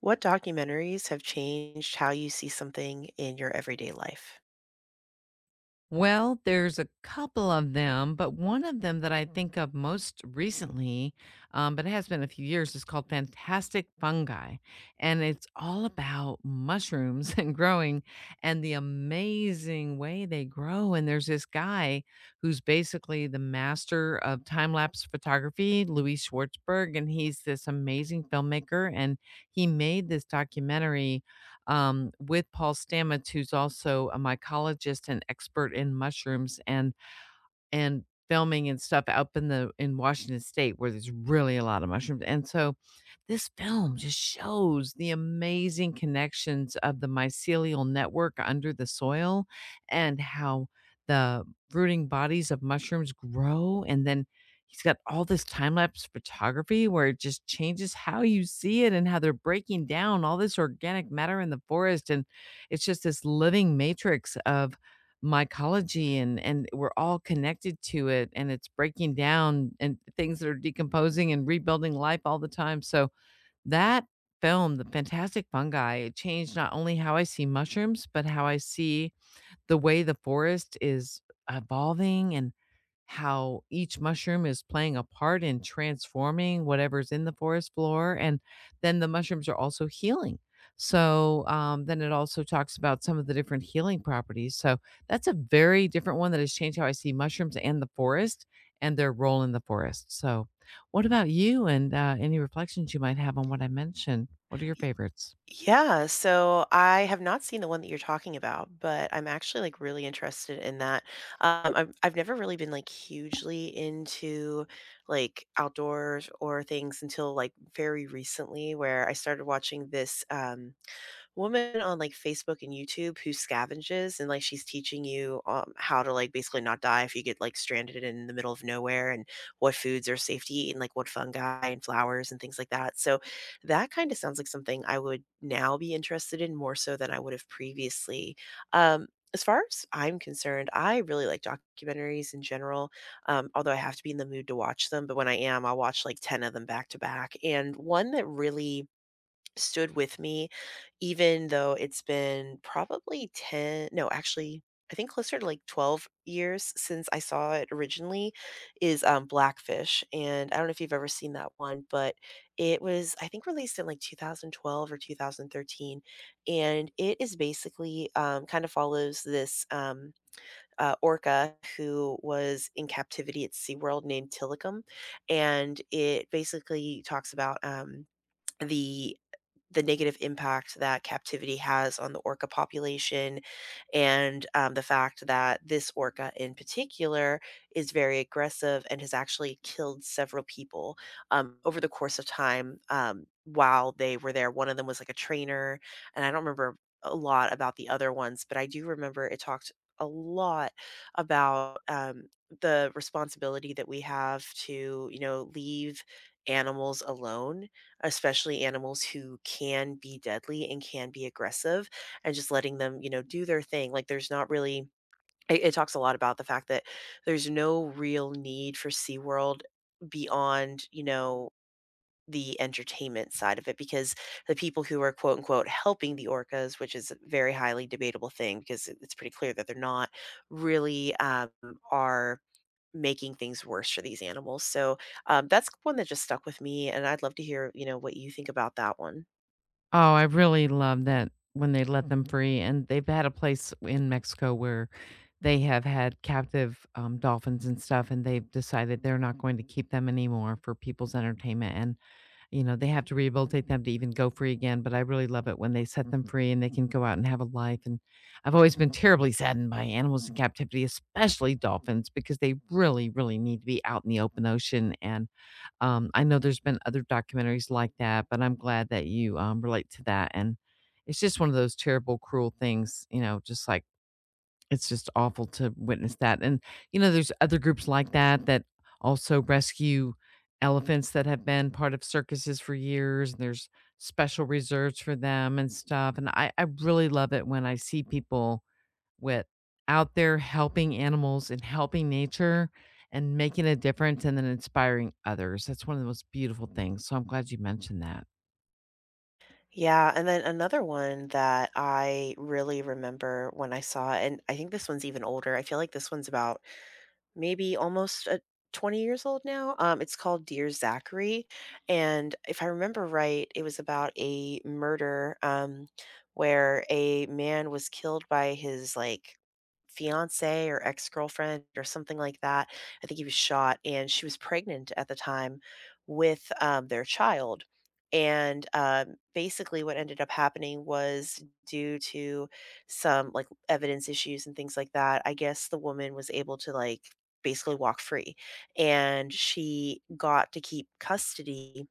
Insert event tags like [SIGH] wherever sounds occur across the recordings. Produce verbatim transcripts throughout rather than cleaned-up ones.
What documentaries have changed how you see something in your everyday life? Well, there's a couple of them, but one of them that I think of most recently, um, but it has been a few years, is called Fantastic Fungi. And it's all about mushrooms [LAUGHS] and growing and the amazing way they grow. And there's this guy who's basically the master of time lapse photography, Louis Schwartzberg. And he's this amazing filmmaker. And he made this documentary um, with Paul Stamets, who's also a mycologist and expert in mushrooms. And and filming and stuff up in the in Washington State where there's really a lot of mushrooms, and so this film just shows the amazing connections of the mycelial network under the soil and how the rooting bodies of mushrooms grow, and then he's got all this time-lapse photography where it just changes how you see it and how they're breaking down all this organic matter in the forest, and it's just this living matrix of mycology and and we're all connected to it and it's breaking down and things that are decomposing and rebuilding life all the time. So that film, The Fantastic Fungi, it changed not only how I see mushrooms, but how I see the way the forest is evolving and how each mushroom is playing a part in transforming whatever's in the forest floor. And then the mushrooms are also healing. So um, then it also talks about some of the different healing properties. So that's a very different one that has changed how I see mushrooms and the forest and their role in the forest. So, what about you and uh, any reflections you might have on what I mentioned? What are your Y- favorites? Yeah, so I have not seen the one that you're talking about, but I'm actually like really interested in that. Um, I've I've never really been like hugely into like outdoors or things until like very recently, where I started watching this. Um, woman on like Facebook and YouTube who scavenges and like she's teaching you um, how to like basically not die if you get like stranded in the middle of nowhere and what foods are safe to eat and like what fungi and flowers and things like that. So that kind of sounds like something I would now be interested in more so than I would have previously. Um, as far as I'm concerned, I really like documentaries in general, um, although I have to be in the mood to watch them. But when I am, I'll watch like ten of them back to back. And one that really stood with me even though it's been probably ten no, actually, I think closer to, like, twelve years since I saw it originally is, um, Blackfish, and I don't know if you've ever seen that one, but it was, I think, released in, like, twenty twelve or two thousand thirteen, and it is basically, um, kind of follows this, um, uh, orca who was in captivity at SeaWorld named Tilikum, and it basically talks about, um, the the negative impact that captivity has on the orca population and um, the fact that this orca in particular is very aggressive and has actually killed several people um, over the course of time um, while they were there. One of them was like a trainer, and I don't remember a lot about the other ones, but I do remember it talked a lot about um, the responsibility that we have to, you know, leave animals alone, especially animals who can be deadly and can be aggressive, and just letting them, you know, do their thing. Like there's not really it, it talks a lot about the fact that there's no real need for SeaWorld beyond, you know, the entertainment side of it, because the people who are quote unquote helping the orcas, which is a very highly debatable thing because it- it's pretty clear that they're not really um, are making things worse for these animals. So, um, that's one that just stuck with me, and I'd love to hear, you know, what you think about that one. Oh, I really love that when they let them free, and they've had a place in Mexico where they have had captive, um, dolphins and stuff, and they've decided they're not going to keep them anymore for people's entertainment, and you know, they have to rehabilitate them to even go free again. But I really love it when they set them free and they can go out and have a life. And I've always been terribly saddened by animals in captivity, especially dolphins, because they really, really need to be out in the open ocean. And um, I know there's been other documentaries like that, but I'm glad that you um, relate to that. And it's just one of those terrible, cruel things, you know, just like it's just awful to witness that, and, you know, there's other groups like that that also rescue elephants that have been part of circuses for years, and there's special reserves for them and stuff, and I I really love it when I see people with out there helping animals and helping nature and making a difference and then inspiring others. That's one of the most beautiful things, so I'm glad you mentioned that. Yeah, and then another one that I really remember when I saw, and I think this one's even older. I feel like this one's about maybe almost uh twenty years old now. Um, it's called Dear Zachary, and if I remember right, it was about a murder um, where a man was killed by his like fiance or ex-girlfriend or something like that. I think he was shot, and she was pregnant at the time with, um, their child, and, um, basically what ended up happening was due to some, like, evidence issues and things like that, I guess the woman was able to, like, basically walk free, and she got to keep custody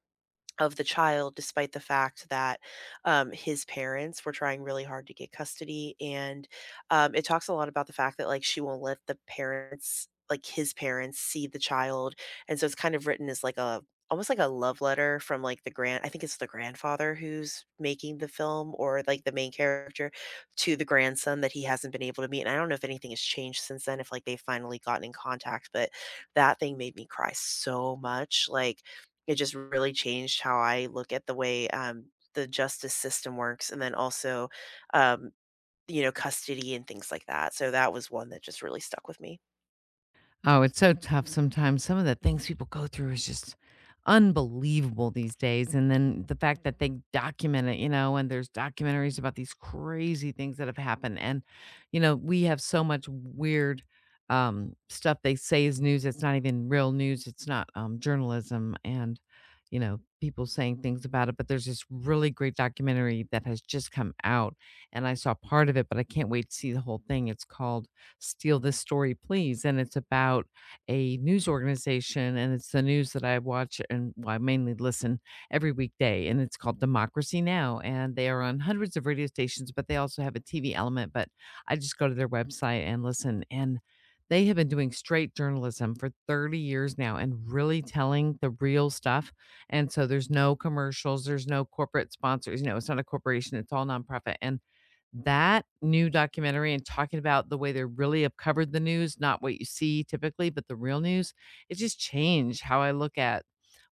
of the child, despite the fact that um, his parents were trying really hard to get custody. And um, it talks a lot about the fact that, like, she won't let the parents, like his parents, see the child. And so it's kind of written as like a, almost like a love letter from like the grand I think it's the grandfather who's making the film or like the main character to the grandson that he hasn't been able to meet, and I don't know if anything has changed since then, if like they've finally gotten in contact, but that thing made me cry so much, like it just really changed how I look at the way, um, the justice system works and then also, um, you know, custody and things like that. So that was one that just really stuck with me. Oh, it's so tough sometimes. Some of the things people go through is just unbelievable these days. And then the fact that they document it, you know, and there's documentaries about these crazy things that have happened. And, you know, we have so much weird um, stuff they say is news. It's not even real news, it's not um, journalism. And, you know, people saying things about it. But there's this really great documentary that has just come out. And I saw part of it, but I can't wait to see the whole thing. It's called Steal This Story, Please. And it's about a news organization, and it's the news that I watch and, well, I mainly listen every weekday. And it's called Democracy Now! And they are on hundreds of radio stations, but they also have a T V element. But I just go to their website and listen. And they have been doing straight journalism for thirty years now and really telling the real stuff. And so there's no commercials, there's no corporate sponsors. You know, it's not a corporation, it's all nonprofit. And that new documentary and talking about the way they really have covered the news, not what you see typically, but the real news, it just changed how I look at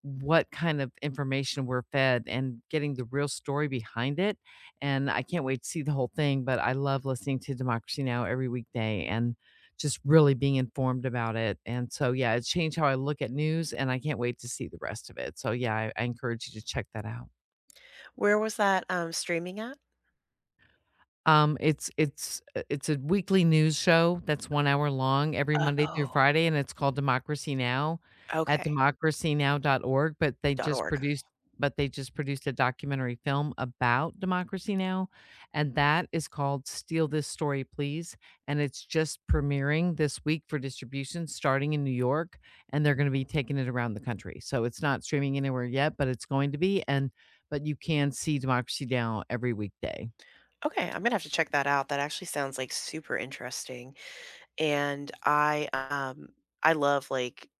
what kind of information we're fed and getting the real story behind it. And I can't wait to see the whole thing, but I love listening to Democracy Now! Every weekday and just really being informed about it. And so, yeah, it changed how I look at news, and I can't wait to see the rest of it. So, yeah, I, I encourage you to check that out. Where was that, um, streaming at? Um, it's it's uh, it's a weekly news show that's one hour long every Monday through Oh, Friday, and it's called Democracy Now! At okay. democracy now dot org, but they dot just .org. produced but they just produced a documentary film about Democracy Now! And that is called Steal This Story, Please, and it's just premiering this week for distribution starting in New York, and they're gonna be taking it around the country. So it's not streaming anywhere yet, but it's going to be, and but you can see Democracy Now! Every weekday. Okay, I'm gonna have to check that out. That actually sounds like super interesting. And I, um, I love, like,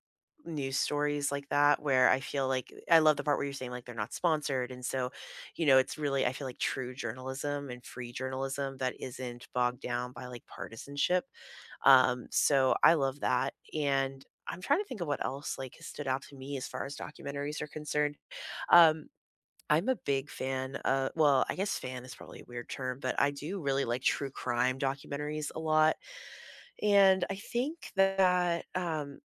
news stories like that where I feel like I love the part where you're saying, like, they're not sponsored, and so, you know, it's really I feel like true journalism and free journalism that isn't bogged down by, like, partisanship. Um, so I love that, and I'm trying to think of what else, like, has stood out to me as far as documentaries are concerned. Um, I'm a big fan of well, I guess fan is probably a weird term, but I do really like true crime documentaries a lot. And I think that, um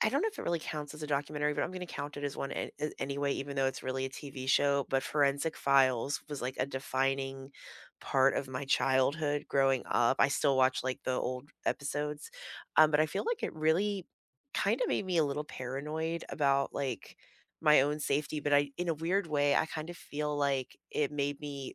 I don't know if it really counts as a documentary, but I'm gonna count it as one an a anyway, even though it's really a T V show, but Forensic Files was, like, a defining part of my childhood growing up. I still watch, like, the old episodes, um, but I feel like it really kinda made me a little paranoid about, like, my own safety, but I in a weird way, I kind of feel like it made me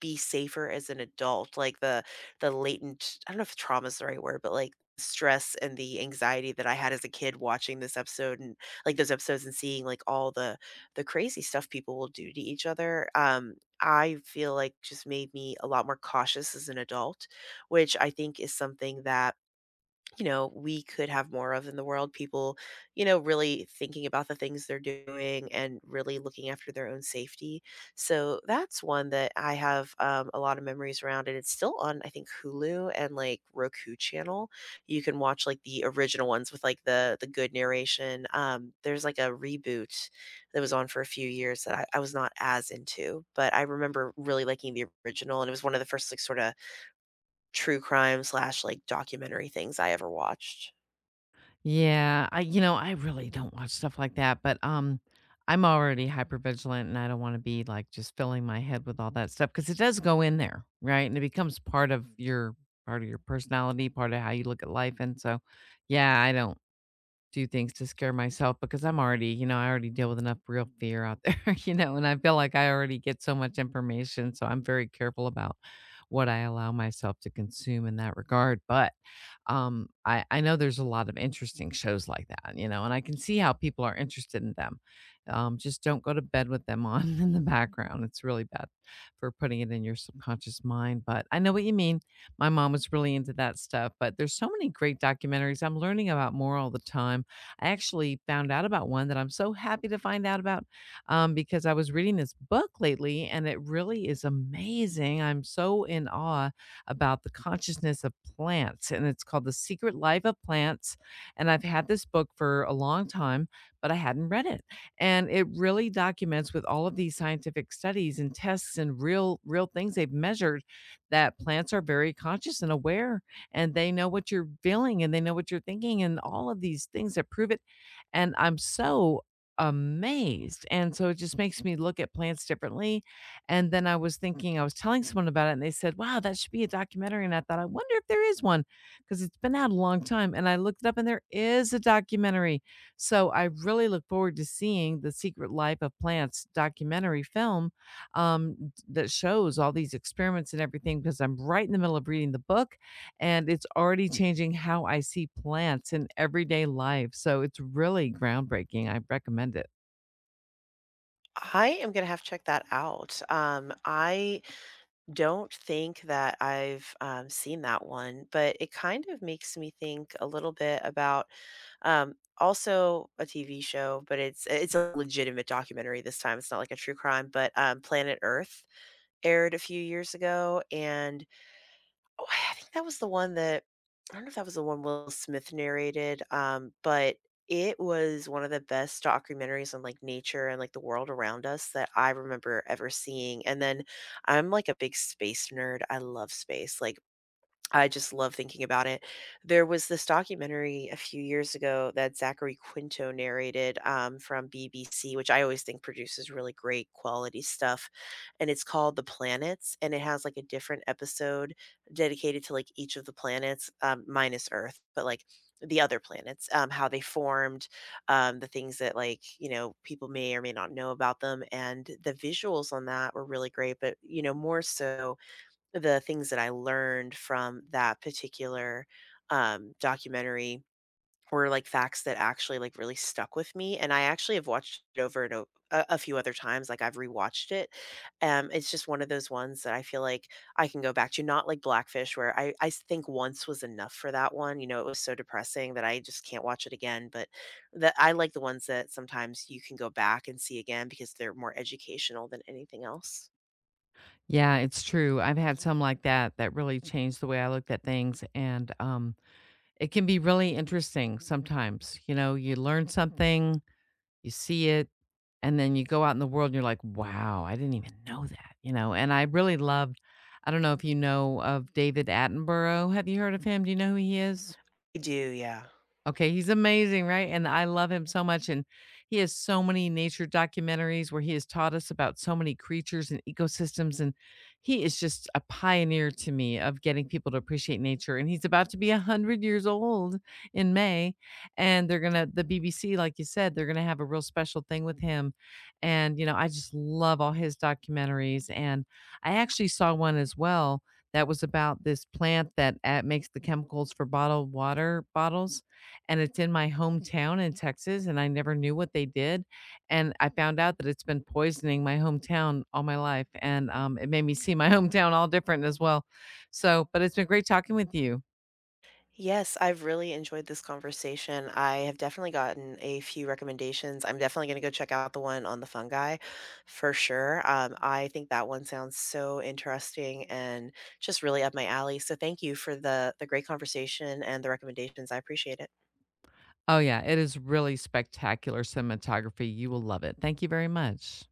be safer as an adult, like the the latent I don't know if trauma is the right word, but like stress and the anxiety that I had as a kid watching this episode and like those episodes and seeing like all the the crazy stuff people will do to each other. Um, I feel like just made me a lot more cautious as an adult, which I think is something that you know, we could have more of in the world. People, you know, really thinking about the things they're doing and really looking after their own safety. So that's one that I have um, a lot of memories around, and it's still on, I think, Hulu and like Roku channel. You can watch like the original ones with like the the good narration. Um, there's like a reboot that was on for a few years that I, I was not as into, but I remember really liking the original, and it was one of the first like sort of true crime slash like documentary things I ever watched. Yeah, I you know, I really don't watch stuff like that, but, um, I'm already hypervigilant, and I don't wanna be, like, just filling my head with all that stuff because it does go in there, right? And it becomes part of your part of your personality, part of how you look at life, and so, yeah, I don't do things to scare myself because I'm already you know, I already deal with enough real fear out there, [LAUGHS] you know, and I feel like I already get so much information, so I'm very careful about what I allow myself to consume in that regard, but um, I, I know there's a lot of interesting shows like that, you know, and I can see how people are interested in them. Um, just don't go to bed with them on [LAUGHS] in the background. It's really bad for putting it in your subconscious mind. But I know what you mean. My mom was really into that stuff, but there's so many great documentaries. I'm learning about more all the time. I actually found out about one that I'm so happy to find out about um, because I was reading this book lately and it really is amazing. I'm so in awe about the consciousness of plants, and it's called The Secret Life of Plants. And I've had this book for a long time, but I hadn't read it. And it really documents with all of these scientific studies and tests and real real things they've measured that plants are very conscious and aware and they know what you're feeling and they know what you're thinking and all of these things that prove it. And I'm so amazed. And so it just makes me look at plants differently and then I was thinking, I was telling someone about it, and they said, "Wow, that should be a documentary." And I thought, I wonder if there is one because it's been out a long time. And I looked it up, and there is a documentary. So I really look forward to seeing the Secret Life of Plants documentary film um, d- that shows all these experiments and everything. Because I'm right in the middle of reading the book, and it's already changing how I see plants in everyday life. So it's really groundbreaking. I recommend it. I am gonna have to check that out. Um, I don't think that I've um, seen that one, but it kind of makes me think a little bit about um, also a T V show, but it's it's a legitimate documentary this time. It's not like a true crime, but um, Planet Earth aired a few years ago, and Oh, I think that was the one that I don't know if that was the one Will Smith narrated, um, but it was one of the best documentaries on, like, nature and, like, the world around us that I remember ever seeing, and then I'm, like, a big space nerd. I love space, like, I just love thinking about it. There was this documentary a few years ago that Zachary Quinto narrated um, from B B C, which I always think produces really great quality stuff. And it's called The Planets, and it has like a different episode dedicated to like each of the planets, um, minus Earth, but like the other planets, um, how they formed, um, the things that like, you know, people may or may not know about them. And the visuals on that were really great, but, you know, more so the things that I learned from that particular, um, documentary were, like, facts that actually, like, really stuck with me, and I actually have watched it over and o a a few other times, like, I've rewatched it. Um, it's just one of those ones that I feel like I can go back to, not like Blackfish, where I I s think once was enough for that one, you know, it was so depressing that I just can't watch it again, but that I like the ones that sometimes you can go back and see again because they're more educational than anything else. Yeah, it's true. I've had some like that that really changed the way I looked at things. And um, it can be really interesting sometimes. You know, you learn something, you see it, and then you go out in the world and you're like, wow, I didn't even know that. You know, and I really loved, I don't know if you know of David Attenborough. Have you heard of him? Do you know who he is? I do, yeah. Okay, he's amazing, right? And I love him so much. And he has so many nature documentaries where he has taught us about so many creatures and ecosystems. And he is just a pioneer to me of getting people to appreciate nature. And he's about to be one hundred years old in May. And they're going to, the B B C, like you said, they're going to have a real special thing with him. And, you know, I just love all his documentaries. And I actually saw one as well that was about this plant that uh, makes the chemicals for bottled water bottles and it's in my hometown in Texas, and I never knew what they did, and I found out that it's been poisoning my hometown all my life, and, um, it made me see my [LAUGHS] hometown all different as well. So but it's been great talking with you. Yes, I've really enjoyed this conversation. I have definitely gotten a few recommendations. I'm definitely going to go check out the one on the fungi for sure. Um, I think that one sounds so interesting and just really up my alley. So thank you for the the great conversation and the recommendations. I appreciate it. Oh, yeah, it is really spectacular cinematography, you will love it. Thank you very much.